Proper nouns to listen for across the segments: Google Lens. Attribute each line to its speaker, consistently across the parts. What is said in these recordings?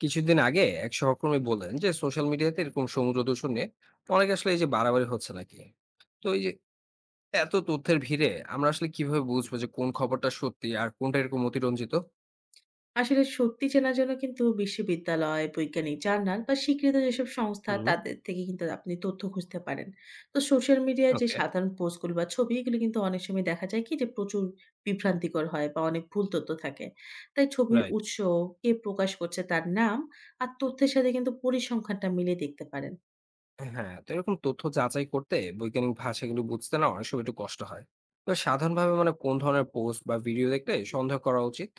Speaker 1: কিছুদিন আগে এক সহকর্মী বললেন যে সোশ্যাল মিডিয়াতে এরকম সমুদ্র দূষণ নিয়ে অনেকে আসলে এই যে বাড়াবাড়ি হচ্ছে নাকি। তো এই যে এত তথ্যের ভিড়ে আমরা আসলে কিভাবে বুঝবো যে কোন খবরটা সত্যি আর কোনটা এরকম অতিরঞ্জিত?
Speaker 2: আসলে সত্যি চেনার জন্য কিন্তু বিশ্ববিদ্যালয়, বৈজ্ঞানিক জার্নাল বা স্বীকৃত যেসব সংস্থা
Speaker 1: হুম।
Speaker 2: তাদের থেকে কিন্তু আপনি তথ্য খুঁজতে পারেন। তো সোশ্যাল মিডিয়ায় যে
Speaker 1: ওকে।
Speaker 2: সাধারণ পোস্টগুলো বা ছবি এগুলো কিন্তু অনেক সময় দেখা যায় কি যে প্রচুর বিভ্রান্তিকর হয় বা অনেক ভুল তথ্য থাকে। তাই ছবির
Speaker 1: রাইট।
Speaker 2: উৎস, কে প্রকাশ করছে তার নাম আর তথ্যের সাথে কিন্তু পরিসংখ্যানটা মিলিয়ে দেখতে পারেন।
Speaker 1: হ্যাঁ, তো এরকম তথ্য যাচাই করতে বৈজ্ঞানিক ভাষাগুলো বুঝতে না অনেক সময় একটু কষ্ট হয়। তো সাধারণভাবে মানে কোন ধরনের পোস্ট বা ভিডিও দেখলে সন্দেহ করা উচিত?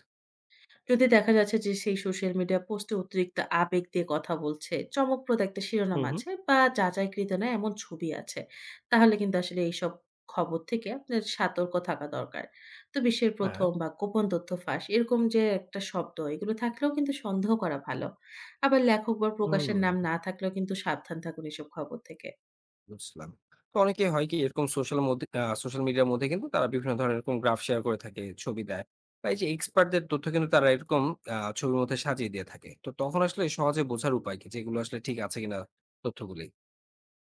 Speaker 2: যদি দেখা যাচ্ছে যে সেই সোশ্যাল মিডিয়া পোস্টে অতিরিক্ত আবেগ দিয়ে কথা বলছে, চমকপ্রদ একটা শিরোনাম
Speaker 1: হুম, হুম।
Speaker 2: আছে বা যাচাইকৃত না এমন ছবি আছে, তাহলে কিন্তু আসলে এইসব খবর থেকে আপনার সতর্ক থাকা দরকার। তো বিশ্বের
Speaker 1: হ্যাঁ।
Speaker 2: ১ম বা গোপন তথ্য ফাঁস এরকম যে একটা শব্দ এগুলো থাকলেও কিন্তু সন্দেহ করা ভালো। আবার লেখক বা
Speaker 1: হুম,
Speaker 2: প্রকাশের নাম না থাকলেও কিন্তু সাবধান থাকুন এসব খবর থেকে।
Speaker 1: বুঝলাম। তো অনেকে হয় কি এরকম সোশ্যাল মধ্যে সোশ্যাল মিডিয়ার মধ্যে কিন্তু তারা বিভিন্ন ধরনের এরকম গ্রাফ শেয়ার করে থাকে, ছবি দেয়। বা এই যে এক্সপার্টদের তথ্য কিন্তু তারা এরকম ছবির মধ্যে সাজিয়ে দিয়ে থাকে। তো তখন আসলে সহজে বোঝার উপায় কি? যে এগুলো আসলে ঠিক আছে কিনা তথ্যগুলি?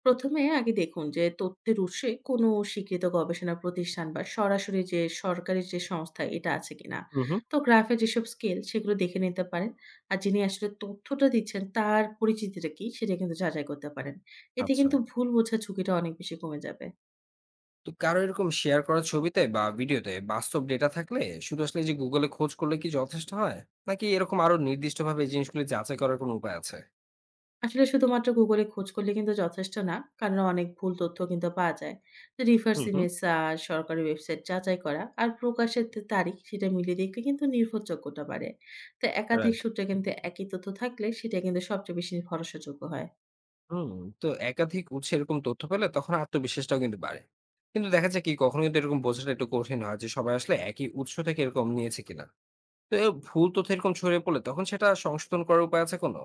Speaker 2: প্রথমে আগে দেখুন যে তথ্যের উৎসে কোনো স্বীকৃত গবেষণা প্রতিষ্ঠান বা সরাসরি যে সরকারি যে সংস্থা এটা আছে কিনা।
Speaker 1: হুম, হুম।
Speaker 2: তো গ্রাফে যেসব স্কেল সেগুলো দেখে নিতে পারেন। আর যিনি আসলে তথ্যটা দিচ্ছেন তার পরিচিতিটা কি সেটা কিন্তু যাচাই করতে পারেন। এতে
Speaker 1: আচ্ছা।
Speaker 2: কিন্তু ভুল বোঝার ঝুঁকিটা অনেক বেশি কমে যাবে।
Speaker 1: তো কারো এরকম শেয়ার করা ছবিতে বা ভিডিওতে বাস্তব ডেটা থাকলে শুধু আসলে এই যে Google এ খোঁজ করলে কি যথেষ্ট হয়? নাকি এরকম আরো নির্দিষ্টভাবে এই জিনিসগুলি যাচাই করার কোনো উপায় আছে?
Speaker 2: আসলে শুধুমাত্র গুগলে খোঁজ করলে কিন্তু যথেষ্ট না, কারণ অনেক ভুল তথ্য কিন্তু পাওয়া যায়। তো রিভার্স
Speaker 1: হুম, হুম।
Speaker 2: ইমেজ সার্চ, সরকারি ওয়েবসাইট যাচাই করা আর প্রকাশের যে তারিখ সেটা মিলিয়ে দেখলে কিন্তু নির্ভরযোগ্যতা বাড়ে। তো একাধিক
Speaker 1: রাইট।
Speaker 2: সূত্রে কিন্তু একই তথ্য থাকলে সেটা কিন্তু সবচেয়ে বেশি ভরসাযোগ্য হয়।
Speaker 1: হুম, তো একাধিক উৎসে এরকম তথ্য পেলে তখন আত্মবিশ্বাসটাও কিন্তু বাড়ে। কিন্তু দেখা যায় কি কখনো কিন্তু এরকম বোঝাটা একটু কঠিন হয় যে সবাই আসলে একই উৎস থেকে এরকম নিয়েছে কিনা। তো এ ভুল তথ্য এরকম ছড়িয়ে পড়লে তখন সেটা সংশোধন করার উপায় আছে কোনো?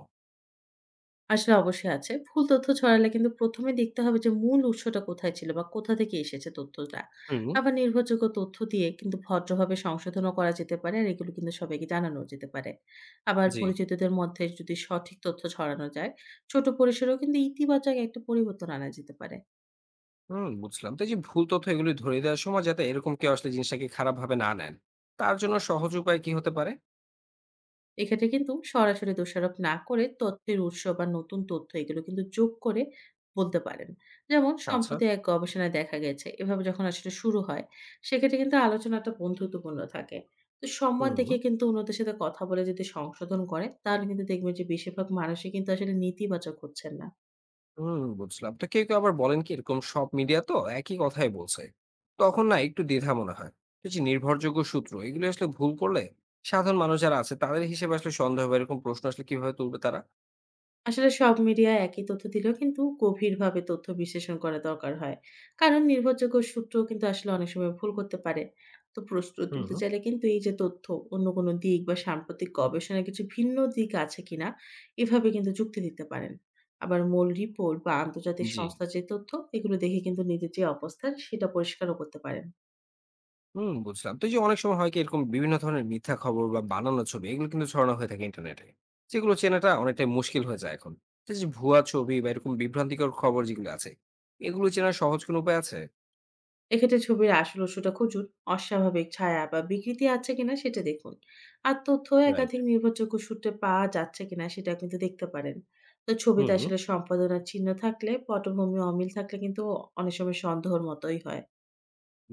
Speaker 2: আসলে অবশ্যই আছে। ভুল তথ্য ছড়ালে কিন্তু ১ম এ দেখতে হবে যে মূল উৎসটা কোথায় ছিল বা কোথা থেকে এসেছে তথ্যটা।
Speaker 1: হুম।
Speaker 2: আবার নির্ভরযোগ্য তথ্য দিয়ে কিন্তু ভদ্রভাবে সংশোধনও করা যেতে পারে আর এগুলো কিন্তু সবাইকে জানানো যেতে পারে। আবার
Speaker 1: জি।
Speaker 2: পরিচিতদের মধ্যে যদি সঠিক তথ্য ছড়ানো যায়, ছোট পরিসরেও কিন্তু ইতিবাচক একটা পরিবর্তন আনা যেতে পারে।
Speaker 1: হুম, বুঝলাম। তো এই যে ভুল তথ্য এগুলি ধরিয়ে দেওয়ার সময় যাতে এরকম কেউ আসলে জিনিসটাকে খারাপভাবে না নেন, তার জন্য সহজ উপায় কি হতে পারে?
Speaker 2: এক্ষেত্রে কিন্তু সরাসরি দোষারোপ না করে তথ্যের উৎস বা নতুন তথ্য এগুলো কিন্তু যোগ করে বলতে পারেন। যেমন,
Speaker 1: আচ্ছা।
Speaker 2: সম্প্রতি এক গবেষণায় দেখা গেছে এভাবে যখন আসলে শুরু হয়, সেক্ষেত্রে কিন্তু আলোচনাটা বন্ধুত্বপূর্ণ থাকে। তো সম্মান
Speaker 1: হুম।
Speaker 2: দেখে কিন্তু অন্যদের সাথে কথা বলে যদি সংশোধন করে, তাহলে কিন্তু দেখবেন যে বেশিরভাগ মানুষই কিন্তু আসলে নেতিবাচক হচ্ছেন না।
Speaker 1: হুম, বুঝলাম। তো কেউ আবার বলেন কি এরকম সব মিডিয়া তো একই কথাই বলছে। তখন না একটু দ্বিধা মনে হয়। এই যে নির্ভরযোগ্য সূত্র এগুলো আসলে ভুল করলে সাধারণ মানুষ যারা আছে তাদের হিসেবে আসলে সন্দেহ বা এরকম প্রশ্ন আসলে কিভাবে তুলবে তারা?
Speaker 2: আসলে সব মিডিয়া একই তথ্য দিলেও কিন্তু গভীরভাবে তথ্য বিশ্লেষণ করা দরকার হয়, কারণ নির্ভরযোগ্য সূত্র কিন্তু আসলে অনেক সময় ভুল করতে পারে। তো প্রশ্ন
Speaker 1: হুম,
Speaker 2: তুলতে চাইলে কিন্তু এই যে তথ্য অন্য কোনো দিক বা সাম্প্রতিক গবেষণায় কিছু ভিন্ন দিক আছে কিনা, এভাবে কিন্তু যুক্তি দিতে পারেন। আবার মূল রিপোর্ট বা আন্তর্জাতিক
Speaker 1: জি।
Speaker 2: সংস্থার যে তথ্য এগুলো দেখে কিন্তু নিজের যে অবস্থান সেটা পরিষ্কারও করতে পারেন।
Speaker 1: হুম, বুঝলাম। তো এই যে অনেক সময় হয় কি এরকম বিভিন্ন ধরনের মিথ্যা খবর বা বানানো ছবি এগুলো কিন্তু ছড়ানো হয়ে থাকে ইন্টারনেটে। যেগুলো চেনাটা অনেকটাই মুশকিল হয়ে যায় এখন। তো এই যে ভুয়া ছবি বা এরকম বিভ্রান্তিকর খবর যেগুলো আছে, এগুলো চেনার সহজ কোনো উপায় আছে?
Speaker 2: এক্ষেত্রে ছবির আসল উৎসটা খুঁজুন। অস্বাভাবিক ছায়া বা বিকৃতি আছে কিনা সেটা দেখুন। আর তথ্য
Speaker 1: রাইট।
Speaker 2: একাধিক নির্ভরযোগ্য সূত্রে পাওয়া যাচ্ছে কিনা সেটা কিন্তু দেখতে পারেন। তো ছবিতে
Speaker 1: হুম।
Speaker 2: আসলে সম্পাদনার চিহ্ন থাকলে, পটভূমি অমিল থাকলে কিন্তু অনেক সময় সন্দেহর মতোই হয়।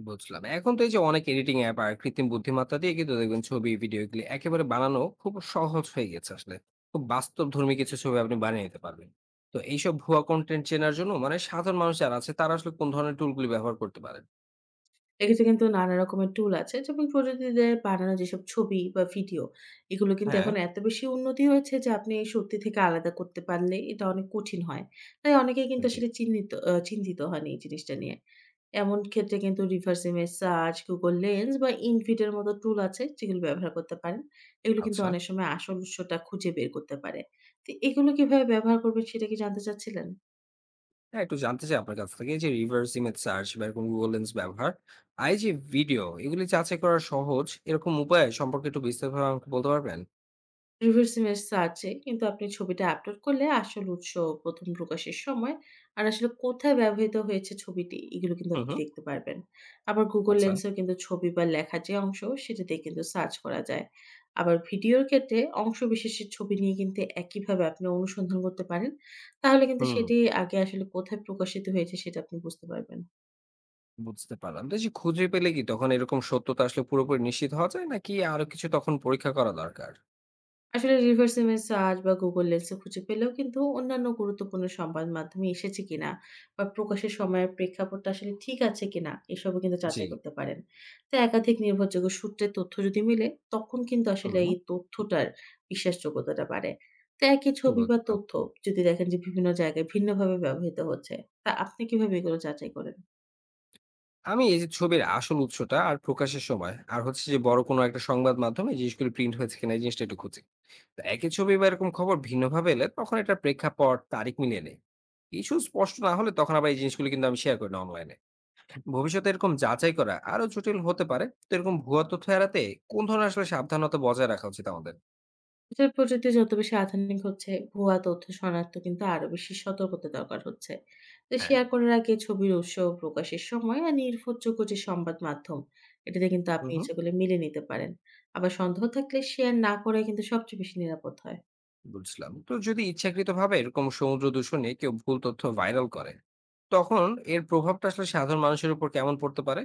Speaker 1: বুঝলাম। এখন তো এই যে অনেক এডিটিং অ্যাপ আর কৃত্রিম বুদ্ধিমত্তা দিয়ে কিন্তু দেখবেন ছবি, ভিডিও এগুলি একেবারে বানানো খুব সহজ হয়ে গেছে আসলে। খুব বাস্তবধর্মী কিছু ছবি আপনি বানিয়ে নিতে পারবেন। তো এইসব ভুয়া কনটেন্ট চেনার জন্য মানে সাধারণ মানুষ যারা আছে তারা আসলে কোন ধরনের টুলগুলি ব্যবহার করতে পারেন?
Speaker 2: এক্ষেত্রে কিন্তু নানা রকমের টুল আছে। যেমন প্রযুক্তিতে বানানো যেসব ছবি বা ভিডিও, এগুলো কিন্তু
Speaker 1: হ্যাঁ।
Speaker 2: এখন এত বেশি উন্নতি হয়েছে যে আপনি এই সত্যি থেকে আলাদা করতে পারলে এটা অনেক কঠিন হয়। তাই অনেকেই কিন্তু
Speaker 1: জি,
Speaker 2: আসলে চিহ্নিত আ চিন্তিত হন এই জিনিসটা নিয়ে। এমন ক্ষেত্রে কিন্তু reverse image search, Google Lens বা InVid এর মতো টুল আছে যেগুলো ব্যবহার করতে পারেন। এগুলো কিন্তু
Speaker 1: আচ্ছা।
Speaker 2: অনেক সময় আসল উৎসটা খুঁজে বের করতে পারে। তো এগুলো কিভাবে ব্যবহার করবেন সেটা কি জানতে চাচ্ছিলেন?
Speaker 1: হ্যাঁ, একটু জানতে চাই আপনার কাছ থেকে যে reverse image search বা এরকম Google Lens ব্যবহার। আর এই যে ভিডিও এগুলি যাচাই করা সহজ এরকম উপায় সম্পর্কে একটু বিস্তারিতভাবে আমাকে বলতে পারবেন?
Speaker 2: রিভার্স ইমেজ সার্চে কিন্তু আপনি ছবিটা আপলোড করলে আসল উৎস, প্রথম প্রকাশের সময় আর আসলে কোথায় ব্যবহৃত হয়েছে ছবিটি, এগুলো কিন্তু
Speaker 1: হু,
Speaker 2: আপনি
Speaker 1: হু।
Speaker 2: দেখতে পারবেন। আবার Google
Speaker 1: আচ্ছা।
Speaker 2: লেন্সেও কিন্তু ছবি বা লেখার যে অংশ সেটা দিয়ে কিন্তু সার্চ করা যায়। আবার ভিডিওর ক্ষেত্রে অংশবিশেষের ছবি নিয়ে কিন্তু একইভাবে আপনি অনুসন্ধান করতে পারেন। তাহলে কিন্তু
Speaker 1: হুম।
Speaker 2: সেটি আগে আসলে কোথায় প্রকাশিত হয়েছে সেটা আপনি বুঝতে পারবেন।
Speaker 1: বুঝতে পারলাম। তো এই যে খুঁজে পেলে কি তখন এরকম সত্যতা আসলে পুরোপুরি নিশ্চিত হওয়া যায়? নাকি আরো কিছু তখন পরীক্ষা করা দরকার?
Speaker 2: আসলে রিভার্স ইমেজ সার্চ বা গুগল লেন্সে খুঁজে পেলেও কিন্তু অন্যান্য গুরুত্বপূর্ণ সংবাদ মাধ্যমে এসেছে কিনা বা প্রকাশের সময়ের প্রেক্ষাপটটা আসলে ঠিক আছে কিনা, এসবও কিন্তু
Speaker 1: জি।
Speaker 2: যাচাই করতে পারেন। তো একাধিক নির্ভরযোগ্য সূত্রের তথ্য যদি মিলে, তখন কিন্তু আসলে
Speaker 1: হুম,
Speaker 2: এই তথ্যটার বিশ্বাসযোগ্যতাটা বাড়ে। তো একই ছবি বা
Speaker 1: বুঝলাম।
Speaker 2: তথ্য যদি দেখেন যে বিভিন্ন জায়গায় ভিন্নভাবে ব্যবহৃত হচ্ছে, তা আপনি কিভাবে এগুলো যাচাই করেন?
Speaker 1: আমি এই যে ছবির আসল উৎসটা আর প্রকাশের সময় আর হচ্ছে যে বড় কোনো একটা সংবাদ মাধ্যমে এই জিনিসগুলো প্রিন্ট হয়েছে কিনা এই জিনিসটা একটু খুঁজি। তো একই ছবি বা এরকম খবর ভিন্নভাবে এলে তখন এটার প্রেক্ষাপট, তারিখ মিলিয়ে নেই। কিছু স্পষ্ট না হলে তখন আবার এই জিনিসগুলো কিন্তু আমি শেয়ার করি না অনলাইনে। ভবিষ্যতে এরকম যাচাই করা আরো জটিল হতে পারে। তো এরকম ভুয়া তথ্য এড়াতে কোন ধরনের আসলে সাবধানতা বজায় রাখা উচিত আমাদের?
Speaker 2: ডিজিটাল প্রযুক্তি যত বেশি আধুনিক হচ্ছে, ভুয়া তথ্য শনাক্ত কিন্তু আরো বেশি সতর্কতা দরকার হচ্ছে। তো
Speaker 1: হ্যাঁ।
Speaker 2: শেয়ার করার আগে ছবির উৎস, প্রকাশের সময় আর নির্ভরযোগ্য যে সংবাদ মাধ্যম, এটাতে কিন্তু
Speaker 1: হুম,
Speaker 2: আপনি
Speaker 1: হুম।
Speaker 2: ইচ্ছাগুলো মিলে নিতে পারেন। আবার সন্দেহ থাকলে শেয়ার না করে কিন্তু সবচেয়ে বেশি নিরাপদ হয়।
Speaker 1: বুঝলাম, তো যদি ইচ্ছাকৃতভাবে এরকম সমুদ্র দূষণে কেউ ভুল তথ্য ভাইরাল করে তখন এর প্রভাবটা আসলে সাধারণ মানুষের উপর কেমন পড়তে পারে?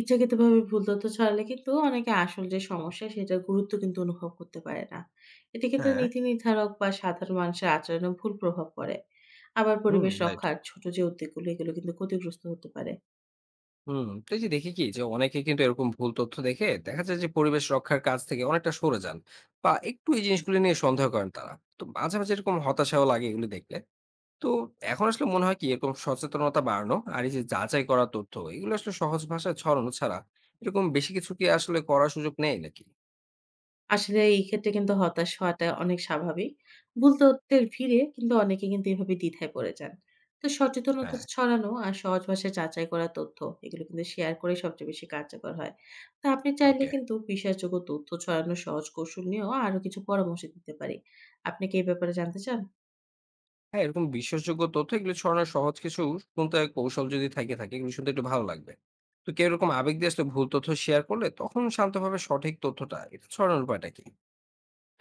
Speaker 2: ইচ্ছাকৃতভাবে ভুল তথ্য ছড়ালে কিন্তু অনেকে আসল যে সমস্যা সেটার গুরুত্ব কিন্তু অনুভব করতে পারে না। এতে কিন্তু
Speaker 1: হ্যাঁ।
Speaker 2: নীতি নির্ধারক বা সাধারণ মানুষের আচরণে ভুল প্রভাব পড়ে। আবার
Speaker 1: হুম,
Speaker 2: পরিবেশ
Speaker 1: রাইট।
Speaker 2: রক্ষার ছোট যে উদ্যোগগুলো এগুলো কিন্তু ক্ষতিগ্রস্ত হতে পারে।
Speaker 1: হুম, তো এই যে দেখি কি যে অনেকে কিন্তু এরকম ভুল তথ্য দেখে দেখা যায় যে পরিবেশ রক্ষার কাজ থেকে অনেকটা সরে যান বা একটু এই জিনিসগুলো নিয়ে সন্দেহ করেন তারা, তো মাঝে মাঝে এরকম হতাশাও লাগে এগুলো দেখলে। তো এখন আসলে মনে হয় কি এরকম সচেতনতা বাড়ানো আর এই যে যাচাই করা তথ্য এগুলো আসলে সহজ ভাষায় ছড়ানো ছাড়া এরকম বেশি কিছু কি আসলে করার সুযোগ নেই নাকি?
Speaker 2: আসলে এই ক্ষেত্রে কিন্তু হতাশ হওয়াটা অনেক স্বাভাবিক। ভুল তথ্যের ভিড়ে কিন্তু অনেকে কিন্তু এভাবে দ্বিধায় পড়ে যান। তো সচেতনতা
Speaker 1: হ্যাঁ।
Speaker 2: ছড়ানো আর সহজ ভাষায় যাচাই করা তথ্য, এগুলো কিন্তু শেয়ার করে সবচেয়ে বেশি কার্যকর হয়। তো আপনি চাইলে
Speaker 1: ওকে।
Speaker 2: কিন্তু বিশ্বাসযোগ্য তথ্য ছড়ানোর সহজ কৌশল নিয়েও আরো কিছু পরামর্শ দিতে পারি। আপনি কি এই ব্যাপারে জানতে চান?
Speaker 1: হ্যাঁ, এরকম বিশ্বাসযোগ্য তথ্য এগুলো ছড়ানোর সহজ কিছু শুনতে কৌশল যদি থেকে থাকে, এগুলো শুনতে একটু ভালো লাগবে। তো কেউ এরকম আবেগ দিয়ে আসলে ভুল তথ্য শেয়ার করলে তখন শান্তভাবে সঠিক তথ্যটা এটা ছড়ানোর উপায়টা কি?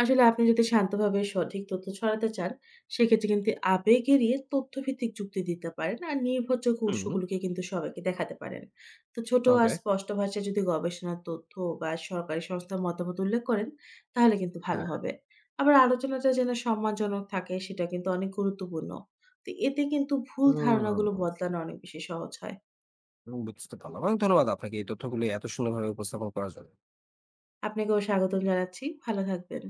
Speaker 2: আসলে আপনি যদি শান্তভাবে সঠিক তথ্য ছড়াতে চান, সেক্ষেত্রে কিন্তু আবেগ এড়িয়ে তথ্যভিত্তিক যুক্তি দিতে পারেন আর নির্ভরযোগ্য
Speaker 1: হুম।
Speaker 2: উৎসগুলোকে কিন্তু সবাইকে দেখাতে পারেন। তো ছোট আর
Speaker 1: ওকে,
Speaker 2: স্পষ্ট ভাষায় যদি গবেষণার তথ্য বা সরকারি সংস্থার মতামত উল্লেখ করেন, তাহলে কিন্তু ভালো
Speaker 1: হ্যাঁ।
Speaker 2: হবে। আবার আলোচনাটা যেন সম্মানজনক থাকে সেটা কিন্তু অনেক গুরুত্বপূর্ণ। তো এতে কিন্তু ভুল ধারণাগুলো
Speaker 1: হুম,
Speaker 2: বদলানো অনেক বেশি সহজ হয়।
Speaker 1: বুঝতে পারলাম। অনেক ধন্যবাদ আপনাকে এই তথ্যগুলো এত সুন্দরভাবে উপস্থাপন করার জন্য।
Speaker 2: আপনাকেও স্বাগতম জানাচ্ছি। ভালো থাকবেন।